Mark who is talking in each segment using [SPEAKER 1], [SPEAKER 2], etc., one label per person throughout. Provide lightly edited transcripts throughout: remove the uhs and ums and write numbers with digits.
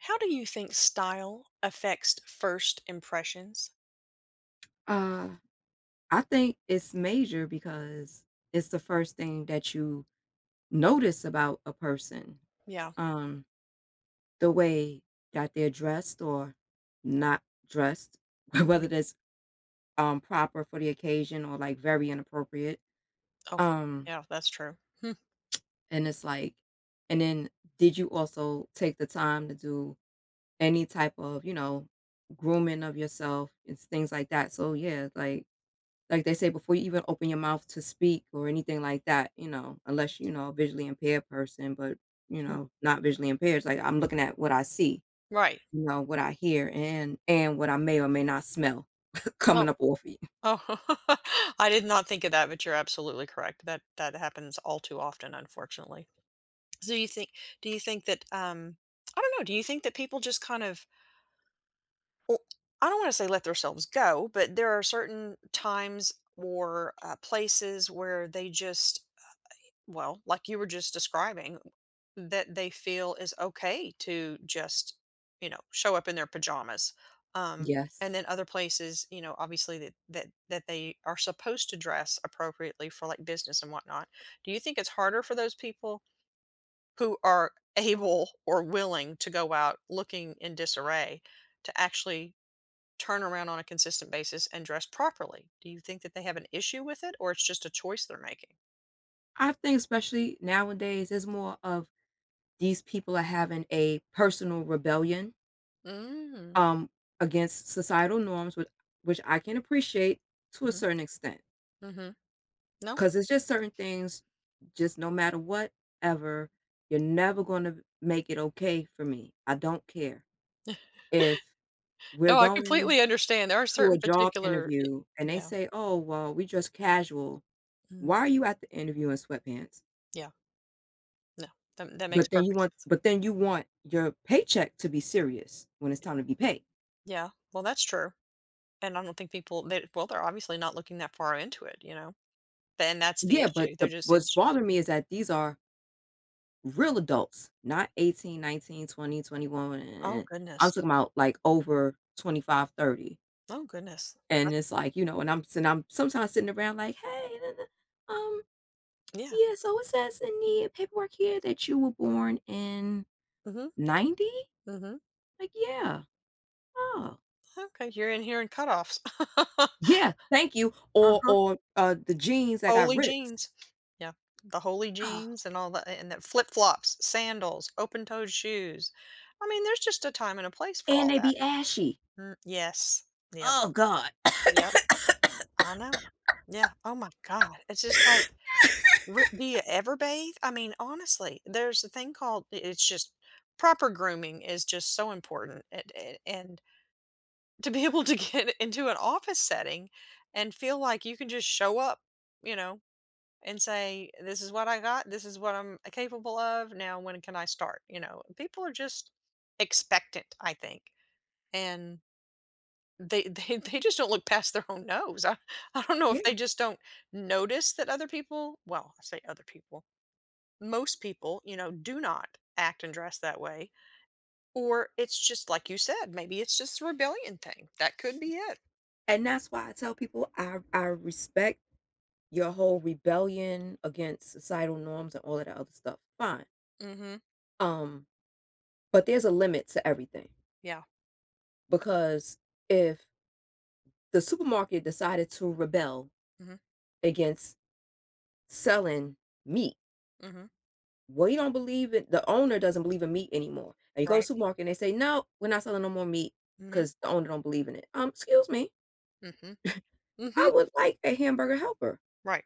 [SPEAKER 1] How do you think style affects first impressions?
[SPEAKER 2] Uh, I think it's major because it's the first thing that you notice about a person.
[SPEAKER 1] Yeah.
[SPEAKER 2] Um, the way that they're dressed or not dressed,
[SPEAKER 1] Mhm.
[SPEAKER 2] whether that's proper for the occasion or like very inappropriate.
[SPEAKER 1] Oh,
[SPEAKER 2] Um,
[SPEAKER 1] yeah, that's true.
[SPEAKER 2] and it's like, and then did you also take the time to do any type of grooming of yourself and things like that? So yeah, like they say, before you even open your mouth to speak or anything like that, unless you know a visually impaired person, but you
[SPEAKER 1] Mhm.
[SPEAKER 2] know, not visually impaired. It's like I'm looking at what I see,
[SPEAKER 1] Right.
[SPEAKER 2] you know, what I hear, and what I may or may not smell
[SPEAKER 1] Oh,
[SPEAKER 2] coming up off of you.
[SPEAKER 1] oh, I did not think of that, but you're absolutely correct. That happens all too often, unfortunately. So you think? Do you think that? I don't know. Do you think that people just kind of? Well, I don't want to say let themselves go, but there are certain times or places where they just well, like you were just describing, that they feel is okay to just, you know, show up in their pajamas. Um, and
[SPEAKER 2] Yes,
[SPEAKER 1] then other places, you know, obviously that they are supposed to dress appropriately for like business and whatnot. Do you think it's harder for those people who are able or willing to go out looking in disarray to actually turn around on a consistent basis and dress properly? Do you think that they have an issue with it, or it's just a choice they're making?
[SPEAKER 2] I think especially nowadays is more of these people are having a personal rebellion
[SPEAKER 1] Mm-hmm.
[SPEAKER 2] um against societal norms, which I can appreciate to a certain extent.
[SPEAKER 1] Mm-hmm. No?
[SPEAKER 2] 'Cause it's just certain things, just no matter what ever, you're never gonna make it okay for me. I don't care. If we're
[SPEAKER 1] No, I
[SPEAKER 2] going
[SPEAKER 1] completely understand. There are
[SPEAKER 2] to a
[SPEAKER 1] certain
[SPEAKER 2] job
[SPEAKER 1] particular I
[SPEAKER 2] interview and they
[SPEAKER 1] yeah,
[SPEAKER 2] say, "Oh, well, we just casual,"
[SPEAKER 1] mm,
[SPEAKER 2] why are you at the interview in sweatpants?
[SPEAKER 1] yeah, no, that
[SPEAKER 2] But
[SPEAKER 1] makes
[SPEAKER 2] then you
[SPEAKER 1] perfect
[SPEAKER 2] want
[SPEAKER 1] sense.
[SPEAKER 2] your paycheck to be serious when it's time to be paid.
[SPEAKER 1] Yeah, well, that's true, and I don't think people they well, they're obviously not looking that far into it, you know? Then that's the
[SPEAKER 2] Yeah, but
[SPEAKER 1] issue. They're
[SPEAKER 2] the
[SPEAKER 1] just
[SPEAKER 2] what's
[SPEAKER 1] it's
[SPEAKER 2] bothering me is that these are real adults, not 18, 19, 20, 21. eh, eh,
[SPEAKER 1] oh
[SPEAKER 2] eh. I'm
[SPEAKER 1] goodness,
[SPEAKER 2] talking about like over 25, 30.
[SPEAKER 1] oh goodness.
[SPEAKER 2] And
[SPEAKER 1] That's
[SPEAKER 2] it's like, and I'm sometimes sitting around like, "Hey, da, da, um,
[SPEAKER 1] yeah,
[SPEAKER 2] yeah, so it says in the paperwork here that you were born in
[SPEAKER 1] mhm,
[SPEAKER 2] 90?"
[SPEAKER 1] mhm.
[SPEAKER 2] Like, "Yeah." "Oh,
[SPEAKER 1] Okay, you're in here in cutoffs.
[SPEAKER 2] yeah, thank you." Or
[SPEAKER 1] Uh-huh.
[SPEAKER 2] or, uh, the jeans that got
[SPEAKER 1] Holy
[SPEAKER 2] ripped.
[SPEAKER 1] jeans. Yeah, the holy
[SPEAKER 2] Oh,
[SPEAKER 1] jeans and all that and that flip-flops, sandals, open-toed shoes. I mean, there's just a time and a place for
[SPEAKER 2] and
[SPEAKER 1] all
[SPEAKER 2] they
[SPEAKER 1] that.
[SPEAKER 2] be ashy.
[SPEAKER 1] Mm, yes. Yep.
[SPEAKER 2] Oh god.
[SPEAKER 1] Yep. I know. Yeah. Oh my god. It's just like, re do you ever bathe? I mean, honestly, there's a thing called it's just proper grooming is just so important, and to be able to get into an office setting and feel like you can just show up, you know, and say, "This is what I got. This is what I'm capable of. Now when can I start?" You know, people are just expectant, I think, and they just don't look past their own nose. I don't know if
[SPEAKER 2] Yeah,
[SPEAKER 1] they just don't notice that other people well, I say other people. Most people, you know, do not act and dress that way. Or it's just like you said, maybe it's just a rebellion thing. That could be it.
[SPEAKER 2] and that's why I tell people I respect your whole rebellion against societal norms and all of that other stuff, fine.
[SPEAKER 1] Mhm.
[SPEAKER 2] Um, but there's a limit to everything
[SPEAKER 1] Yeah.
[SPEAKER 2] because if the supermarket decided to rebel
[SPEAKER 1] Mhm.
[SPEAKER 2] against selling meat.
[SPEAKER 1] Mhm.
[SPEAKER 2] Well, you don't believe it. The owner doesn't believe in meat anymore. And you go to the
[SPEAKER 1] Right.
[SPEAKER 2] supermarket and they say, no, we're not selling no more meat
[SPEAKER 1] Mhm.
[SPEAKER 2] because the owner don't believe in it. Excuse me.
[SPEAKER 1] Mhm.
[SPEAKER 2] I
[SPEAKER 1] Mhm.
[SPEAKER 2] would like a hamburger helper,
[SPEAKER 1] Right.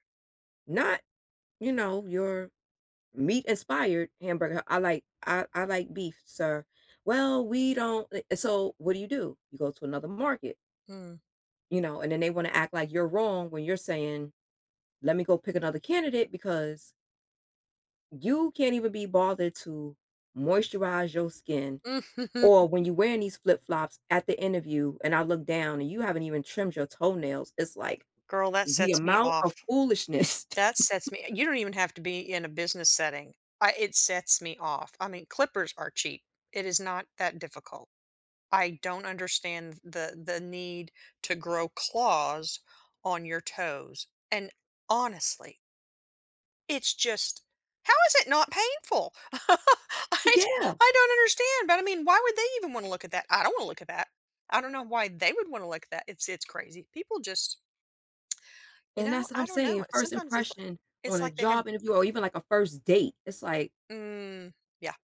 [SPEAKER 2] not, you know, your meat inspired hamburger. I like beef, sir. Well, we don't so what do? You go to another market,
[SPEAKER 1] Mm.
[SPEAKER 2] you know, and then they want to act like you're wrong when you're saying, let me go pick another candidate because you can't even be bothered to moisturize your skin,
[SPEAKER 1] Mhm.
[SPEAKER 2] or when you're wearing these flip-flops at the interview and I look down and you haven't even trimmed your toenails, it's like
[SPEAKER 1] Girl, that
[SPEAKER 2] the
[SPEAKER 1] sets me
[SPEAKER 2] amount
[SPEAKER 1] off.
[SPEAKER 2] of foolishness.
[SPEAKER 1] That sets me You don't even have to be in a business setting. I it sets me off. I mean, clippers are cheap. It is not that difficult. I don't understand the need to grow claws on your toes. And honestly, it's just how is it not painful?
[SPEAKER 2] Yeah,
[SPEAKER 1] I don't understand, but I mean, why would they even want to look at that? I don't want to look at that. I don't know why they would want to look at that. It's crazy. People just, you
[SPEAKER 2] and
[SPEAKER 1] know,
[SPEAKER 2] that's what I'm
[SPEAKER 1] I don't know.
[SPEAKER 2] saying,
[SPEAKER 1] It's
[SPEAKER 2] first
[SPEAKER 1] sometimes
[SPEAKER 2] impression on
[SPEAKER 1] it's
[SPEAKER 2] a
[SPEAKER 1] like they have
[SPEAKER 2] job interview or even like a first date, it's like,
[SPEAKER 1] mm, yeah,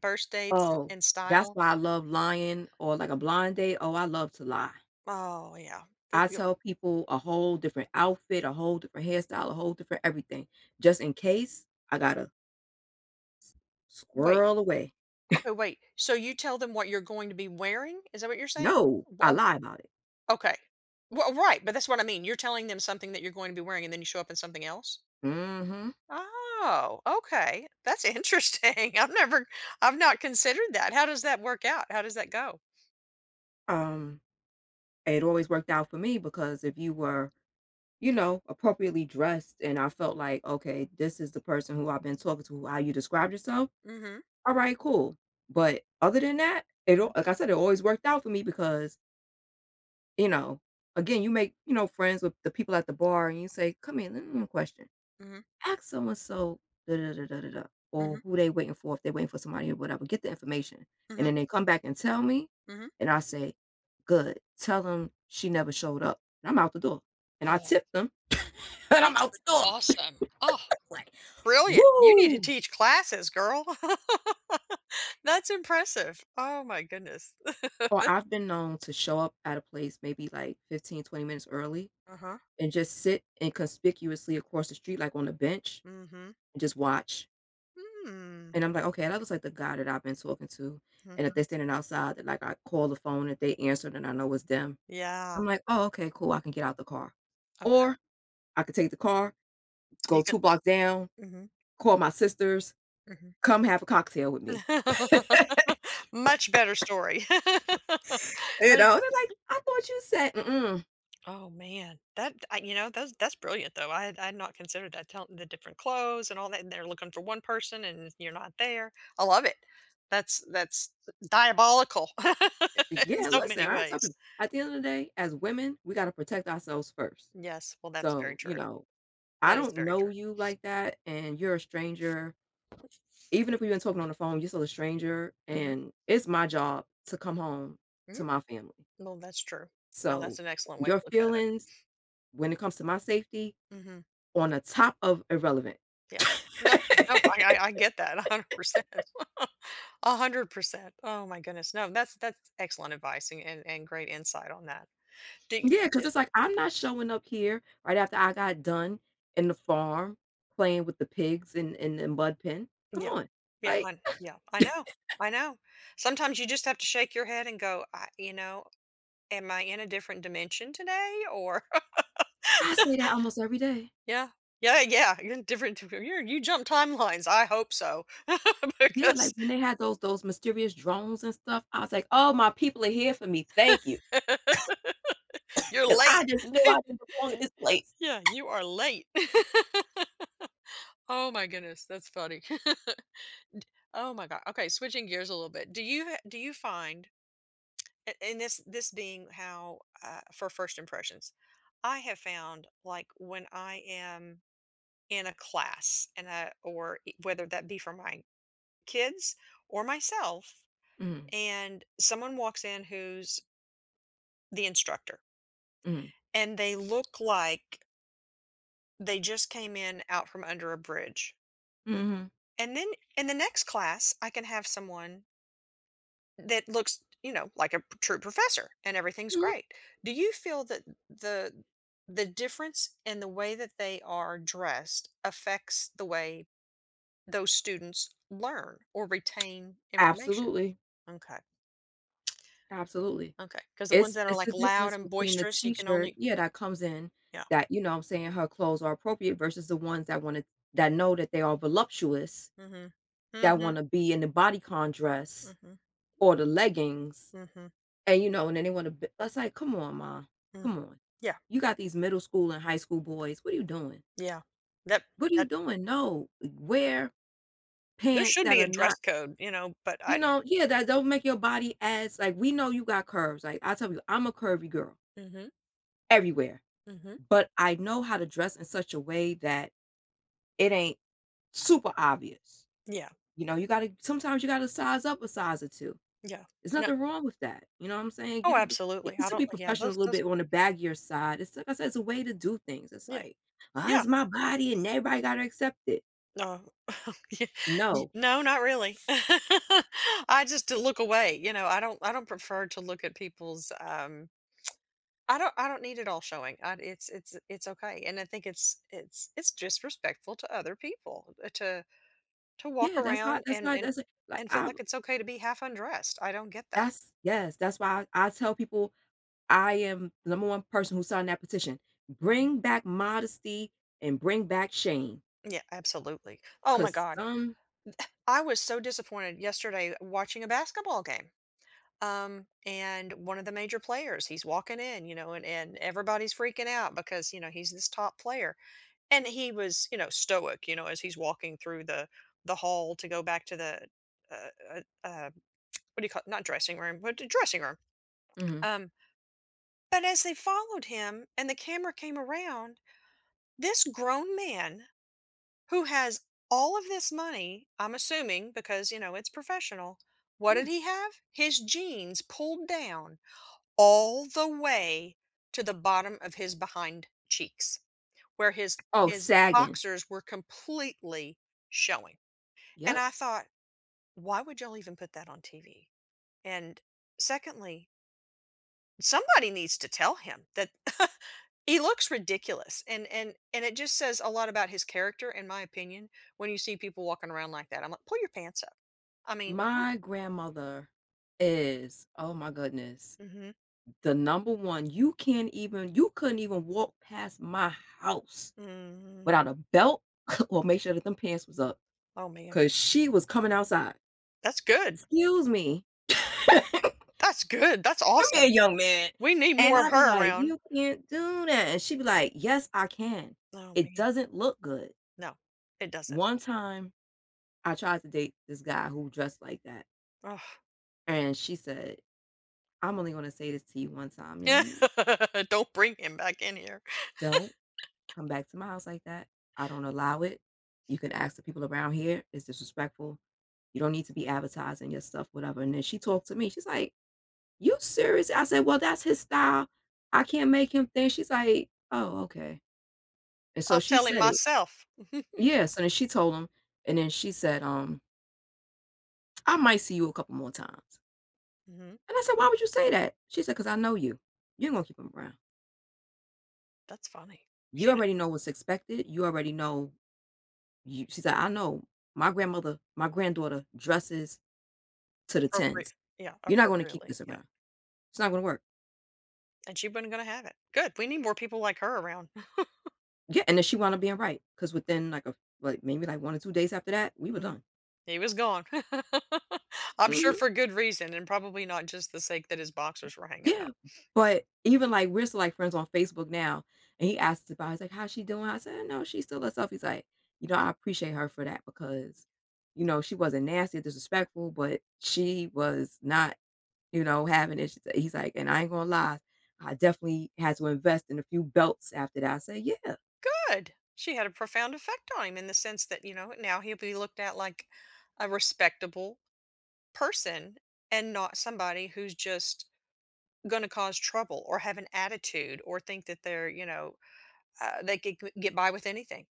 [SPEAKER 1] birth dates
[SPEAKER 2] "Oh,
[SPEAKER 1] and
[SPEAKER 2] that's
[SPEAKER 1] style.
[SPEAKER 2] why I love lying," or like a blind date, "Oh, I love to lie."
[SPEAKER 1] Oh yeah. That's
[SPEAKER 2] I
[SPEAKER 1] good.
[SPEAKER 2] tell people a whole different outfit, a whole different hairstyle, a whole different everything, just in case I gotta
[SPEAKER 1] Wait.
[SPEAKER 2] squirrel away.
[SPEAKER 1] Okay, wait. So you tell them what you're going to be wearing? Is that what you're saying?
[SPEAKER 2] No, I
[SPEAKER 1] Well,
[SPEAKER 2] lie about it.
[SPEAKER 1] okay. Well, right, but that's what I mean. You're telling them something that you're going to be wearing, and then you show up in something else.
[SPEAKER 2] Mhm.
[SPEAKER 1] Oh, okay. That's interesting. I've never, I've not considered that. How does that work out? How does that go?
[SPEAKER 2] Um, it always worked out for me because if you were, you know, appropriately dressed and I felt like, "Okay, this is the person who I've been talking to, how you described yourself,
[SPEAKER 1] Mm-hmm.
[SPEAKER 2] alright, cool." But other than that, it
[SPEAKER 1] Mm-hmm.
[SPEAKER 2] al like I said, it always worked out for me because, you know, again, you make, you know, friends with the people at the bar and you say, "Come in. Let me ask you a question."
[SPEAKER 1] Mm-hmm.
[SPEAKER 2] Ask someone so da da da da da da or who they waiting for if they're waiting for somebody or whatever. Get the information, and
[SPEAKER 1] Mm-hmm.
[SPEAKER 2] then they come back and tell me,
[SPEAKER 1] Mm-hmm.
[SPEAKER 2] and I say, "Good, tell them she never showed up." And I'm out the door, and I
[SPEAKER 1] Oh,
[SPEAKER 2] tip them, and I'm
[SPEAKER 1] that's
[SPEAKER 2] out the door.
[SPEAKER 1] awesome. Oh,
[SPEAKER 2] Like,
[SPEAKER 1] Brilliant. You need to
[SPEAKER 2] woo!
[SPEAKER 1] teach classes, girl. That's impressive. Oh my goodness.
[SPEAKER 2] Or I've been known to show up at a place maybe like 15, 20 minutes early
[SPEAKER 1] Uh-huh.
[SPEAKER 2] and just sit inconspicuously across the street, like on a bench,
[SPEAKER 1] Mm-hmm.
[SPEAKER 2] and just watch.
[SPEAKER 1] Hmm.
[SPEAKER 2] And I'm like, "Okay," that was, like, the guy that I've been talking to, and if they're
[SPEAKER 1] Mhm.
[SPEAKER 2] standing outside, that like, I call the phone, if they answer, then I know it's them. I'm
[SPEAKER 1] Yeah.
[SPEAKER 2] like, "Oh, okay, cool, I can get out the car."
[SPEAKER 1] Okay.
[SPEAKER 2] Or I could take the car, go
[SPEAKER 1] You
[SPEAKER 2] 2
[SPEAKER 1] could
[SPEAKER 2] blocks down,
[SPEAKER 1] Mhm.
[SPEAKER 2] call my sisters,
[SPEAKER 1] Mhm.
[SPEAKER 2] "Come have a cocktail with me."
[SPEAKER 1] Much better story. I
[SPEAKER 2] You
[SPEAKER 1] think-
[SPEAKER 2] know? They're like, "I thought you said" "Mm-mm."
[SPEAKER 1] oh, man. That I you know, that's brilliant, though. I had not considered that, tell the different clothes and all that, and they're looking for one person, and you're not there. I love it. That's diabolical in
[SPEAKER 2] Yeah,
[SPEAKER 1] so
[SPEAKER 2] listen,
[SPEAKER 1] many
[SPEAKER 2] I tell
[SPEAKER 1] ways.
[SPEAKER 2] people, at the end of the day, as women, we gotta protect ourselves first.
[SPEAKER 1] Yes. Well, that's very
[SPEAKER 2] So, you
[SPEAKER 1] true.
[SPEAKER 2] know, I
[SPEAKER 1] That is
[SPEAKER 2] don't
[SPEAKER 1] very
[SPEAKER 2] know
[SPEAKER 1] true.
[SPEAKER 2] you like that, and you're a stranger. Even if we've been talking on the phone, you're still a stranger,
[SPEAKER 1] Mhm.
[SPEAKER 2] and it's my job to come home
[SPEAKER 1] Mhm.
[SPEAKER 2] to my family.
[SPEAKER 1] Well, that's true. Now that's
[SPEAKER 2] So,
[SPEAKER 1] an excellent way to
[SPEAKER 2] your
[SPEAKER 1] look at
[SPEAKER 2] feelings when it comes to my safety
[SPEAKER 1] it. Mhm.
[SPEAKER 2] on the top of irrelevant.
[SPEAKER 1] Yeah. No, no, I get that 100%. 100%. Oh my goodness. No, that's excellent advice and great insight on that. Do you
[SPEAKER 2] Yeah, because
[SPEAKER 1] just
[SPEAKER 2] it's like, I'm not showing up here right after I got done in the farm playing with the pigs in the mud pen. Come
[SPEAKER 1] yeah.
[SPEAKER 2] on. Like,
[SPEAKER 1] Yeah, I know. I know. Sometimes you just have to shake your head and go, I you know, am I in a different dimension today or
[SPEAKER 2] I say that almost every day.
[SPEAKER 1] Yeah. Yeah, yeah, you're in different you you jump timelines. I hope so
[SPEAKER 2] Yeah, like,
[SPEAKER 1] because
[SPEAKER 2] when they had those mysterious drones and stuff, I was like, "Oh, my people are here for me. Thank you,
[SPEAKER 1] you're
[SPEAKER 2] because I
[SPEAKER 1] late.
[SPEAKER 2] just knew I didn't belong in this place."
[SPEAKER 1] Yeah, you are late. Oh my goodness, that's funny. D oh my god. Okay, switching gears a little bit. Do you ha do you find a and this being how, for first impressions, I have found, like, when I am in a class and, or e whether that be for my kids or myself,
[SPEAKER 2] Mhm.
[SPEAKER 1] and someone walks in who's the instructor,
[SPEAKER 2] Mhm.
[SPEAKER 1] and they look like they just came in out from under a bridge.
[SPEAKER 2] Mhm.
[SPEAKER 1] And then in the next class, I can have someone that looks, you know, like a p- true professor and everything's
[SPEAKER 2] Mhm.
[SPEAKER 1] great. Do you feel that the the difference in the way that they are dressed affects the way those students learn or retain information?
[SPEAKER 2] Absolutely,
[SPEAKER 1] Okay.
[SPEAKER 2] absolutely.
[SPEAKER 1] Okay. Cuz the ones
[SPEAKER 2] It's
[SPEAKER 1] that are
[SPEAKER 2] it's the
[SPEAKER 1] like loud
[SPEAKER 2] difference
[SPEAKER 1] and
[SPEAKER 2] between the
[SPEAKER 1] boisterous, you can
[SPEAKER 2] teacher,
[SPEAKER 1] only
[SPEAKER 2] yeah, that comes in
[SPEAKER 1] yeah.
[SPEAKER 2] that, you know what I'm saying, her clothes are appropriate versus the ones that wanna that know that they are voluptuous,
[SPEAKER 1] Mhm.
[SPEAKER 2] that
[SPEAKER 1] Mhm.
[SPEAKER 2] wanna be in the bodycon dress
[SPEAKER 1] Mhm.
[SPEAKER 2] or the leggings,
[SPEAKER 1] Mhm.
[SPEAKER 2] and, you know, and then they wanna b it's like, "Come on, ma.
[SPEAKER 1] Mm.
[SPEAKER 2] Come on.
[SPEAKER 1] Yeah.
[SPEAKER 2] You got these middle school and high school boys. What are you doing?
[SPEAKER 1] Yeah. That
[SPEAKER 2] What are you
[SPEAKER 1] that
[SPEAKER 2] doing? No. Wear
[SPEAKER 1] there
[SPEAKER 2] pants
[SPEAKER 1] should
[SPEAKER 2] that
[SPEAKER 1] be a
[SPEAKER 2] are
[SPEAKER 1] dress
[SPEAKER 2] not.
[SPEAKER 1] code, you know, but
[SPEAKER 2] You
[SPEAKER 1] I
[SPEAKER 2] know, yeah, that don't make your body as like, we know you got curves. Like, I tell you, I'm a curvy girl
[SPEAKER 1] Mhm.
[SPEAKER 2] everywhere,
[SPEAKER 1] Mhm.
[SPEAKER 2] but I know how to dress in such a way that it ain't super obvious.
[SPEAKER 1] Yeah.
[SPEAKER 2] You know, you gotta sometimes you gotta size up a size or two.
[SPEAKER 1] Yeah.
[SPEAKER 2] There's
[SPEAKER 1] No.
[SPEAKER 2] nothing wrong with that. You know what I'm saying?
[SPEAKER 1] Oh,
[SPEAKER 2] Get a little it
[SPEAKER 1] absolutely.
[SPEAKER 2] can
[SPEAKER 1] I
[SPEAKER 2] still
[SPEAKER 1] don't
[SPEAKER 2] be
[SPEAKER 1] yeah,
[SPEAKER 2] professional a little
[SPEAKER 1] those
[SPEAKER 2] bit on the baggier side. It's like I said, it's a way to do things. It's
[SPEAKER 1] Yeah.
[SPEAKER 2] like, oh,
[SPEAKER 1] Yeah.
[SPEAKER 2] it's my body and everybody gotta accept it.
[SPEAKER 1] No. Yeah. Y
[SPEAKER 2] No.
[SPEAKER 1] No, not really. I just do look away, you know, I don't prefer to look at people's, I don't need it all showing. I it's okay, and I think it's disrespectful to other people, to walk
[SPEAKER 2] Yeah, that's not
[SPEAKER 1] around
[SPEAKER 2] that's
[SPEAKER 1] and
[SPEAKER 2] not
[SPEAKER 1] and
[SPEAKER 2] that's like
[SPEAKER 1] and feel
[SPEAKER 2] I
[SPEAKER 1] like it's okay to be half undressed. I don't get that.
[SPEAKER 2] that's yes, that's why I tell people I am the number one person who signed that petition.
[SPEAKER 1] Mhm.
[SPEAKER 2] Bring back modesty and bring back shame.
[SPEAKER 1] Yeah, absolutely. Oh my
[SPEAKER 2] Cause
[SPEAKER 1] god.
[SPEAKER 2] some
[SPEAKER 1] I was so disappointed yesterday watching a basketball game. Um, and one of the major players, he's walking in, you know, and everybody's freaking out because, you know, he's this top player, and he was, you know, stoic, you know, as he's walking through the hall to go back to the uh, uh, uh what do you call it? Not dressing room but the dressing room,
[SPEAKER 2] mhm,
[SPEAKER 1] um, but as they followed him and the camera came around, this grown man who has all of this money, I'm assuming, because, you know, it's professional, what
[SPEAKER 2] yeah.
[SPEAKER 1] did he have? His jeans pulled down all the way to the bottom of his behind cheeks, where his
[SPEAKER 2] Oh,
[SPEAKER 1] his
[SPEAKER 2] sagging.
[SPEAKER 1] boxers were completely showing. And
[SPEAKER 2] Yep.
[SPEAKER 1] I thought, "Why would y'all even put that on TV?" And secondly, somebody needs to tell him that he looks ridiculous, and it just says a lot about his character, in my opinion, when you see people walking around like that. I'm like, "Pull your pants up." I mean, oh
[SPEAKER 2] My grandmother is, oh my goodness,
[SPEAKER 1] mhm,
[SPEAKER 2] the number one. You can't even, you couldn't even walk past my house
[SPEAKER 1] mhm.
[SPEAKER 2] without a belt or make sure that them pants was up.
[SPEAKER 1] Oh, man.
[SPEAKER 2] Cause she was coming outside.
[SPEAKER 1] That's good.
[SPEAKER 2] Excuse me.
[SPEAKER 1] That's good. That's
[SPEAKER 2] Bring me a
[SPEAKER 1] awesome.
[SPEAKER 2] young man.
[SPEAKER 1] We need
[SPEAKER 2] And
[SPEAKER 1] more of
[SPEAKER 2] I'd be
[SPEAKER 1] her
[SPEAKER 2] like,
[SPEAKER 1] around.
[SPEAKER 2] "You can't do that." And she'd be like, "Yes, I can.
[SPEAKER 1] Oh,
[SPEAKER 2] It
[SPEAKER 1] man.
[SPEAKER 2] doesn't look good."
[SPEAKER 1] No, it doesn't.
[SPEAKER 2] One time, I tried to date this guy who dressed like that,
[SPEAKER 1] Ugh.
[SPEAKER 2] and she said, "I'm only gonna say this to you one time, young
[SPEAKER 1] Yeah.
[SPEAKER 2] man.
[SPEAKER 1] Don't bring him back in here.
[SPEAKER 2] Don't come back to my house like that. I don't allow it. You can ask the people around here. It's disrespectful. You don't need to be advertising your stuff, whatever." And then she talked to me. She's like, "You serious?" I said, "Well, that's his style. I can't make him think." She's like, "Oh, okay." And so
[SPEAKER 1] I'll
[SPEAKER 2] she
[SPEAKER 1] tell him
[SPEAKER 2] said it.
[SPEAKER 1] myself. Mhm.
[SPEAKER 2] Yeah, so then she told him, and then she said, "I might see you a couple more times."
[SPEAKER 1] Mhm.
[SPEAKER 2] And I said, "Why would you say that?" She said, "'Cause I know you. You're gonna keep him around.
[SPEAKER 1] That's funny.
[SPEAKER 2] You
[SPEAKER 1] She d
[SPEAKER 2] already know what's expected. You already know you." She said, "I know my granddaughter dresses to the
[SPEAKER 1] appropriate.
[SPEAKER 2] tens.
[SPEAKER 1] Yeah,
[SPEAKER 2] You're not gonna keep
[SPEAKER 1] appropriately.
[SPEAKER 2] this
[SPEAKER 1] Yeah.
[SPEAKER 2] around. It's not gonna work."
[SPEAKER 1] And she wasn't gonna have it. Good. We need more people like her around.
[SPEAKER 2] Yeah, and then she wound up being right, 'cause within, like, a like, maybe, like, 1 or 2 days after that, we were done.
[SPEAKER 1] He was gone. I'm sure
[SPEAKER 2] Mhm.
[SPEAKER 1] for good reason, and probably not just the sake that his boxers were hanging
[SPEAKER 2] Yeah,
[SPEAKER 1] out.
[SPEAKER 2] but even, like, we're still, like, friends on Facebook now, and he asked about he's like, "How's she doing?" I said, "No, she's still herself." He's like, "You know, I appreciate her for that because, you know, she wasn't nasty or disrespectful, but she was not, you know, having it." She's he's like, "And I ain't gonna lie, I definitely had to invest in a few belts after that." I said, "Yeah."
[SPEAKER 1] Good. She had a profound effect on him in the sense that, you know, now he'll be looked at like a respectable person and not somebody who's just going to cause trouble or have an attitude or think that they're, you know, they could g- get by with anything,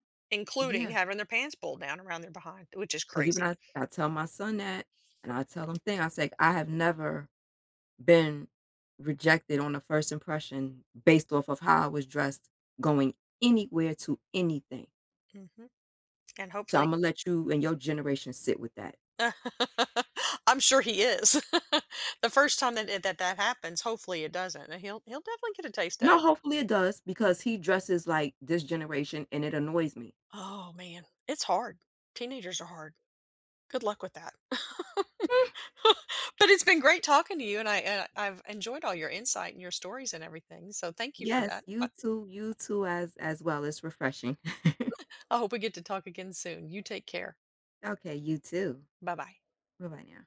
[SPEAKER 2] Yeah.
[SPEAKER 1] including
[SPEAKER 2] Yeah.
[SPEAKER 1] having their pants pulled down around their behind, which is
[SPEAKER 2] 'Cause even
[SPEAKER 1] crazy.
[SPEAKER 2] I tell my son that, and I tell him thing, I say, "I have never been rejected on a first impression based off of how I was dressed going anywhere to anything.
[SPEAKER 1] Hmm. And
[SPEAKER 2] So
[SPEAKER 1] hopefully,
[SPEAKER 2] Imma let you and your generation sit with that."
[SPEAKER 1] I'm sure he is. The first time that it that that happens, hopefully it doesn't, and he'll he'll definitely get a taste of
[SPEAKER 2] No,
[SPEAKER 1] it.
[SPEAKER 2] hopefully it does because he dresses like this generation, and it annoys me.
[SPEAKER 1] Oh, man, it's hard. Teenagers are hard. Good luck with that.
[SPEAKER 2] Mm,
[SPEAKER 1] But it's been great talking to you, and I've enjoyed all your insight and your stories and everything, so thank you for
[SPEAKER 2] yes,
[SPEAKER 1] that.
[SPEAKER 2] you too as well, it's refreshing.
[SPEAKER 1] I hope we get to talk again soon. You take care.
[SPEAKER 2] Okay, you too.
[SPEAKER 1] Bye-bye.
[SPEAKER 2] Bye-bye now.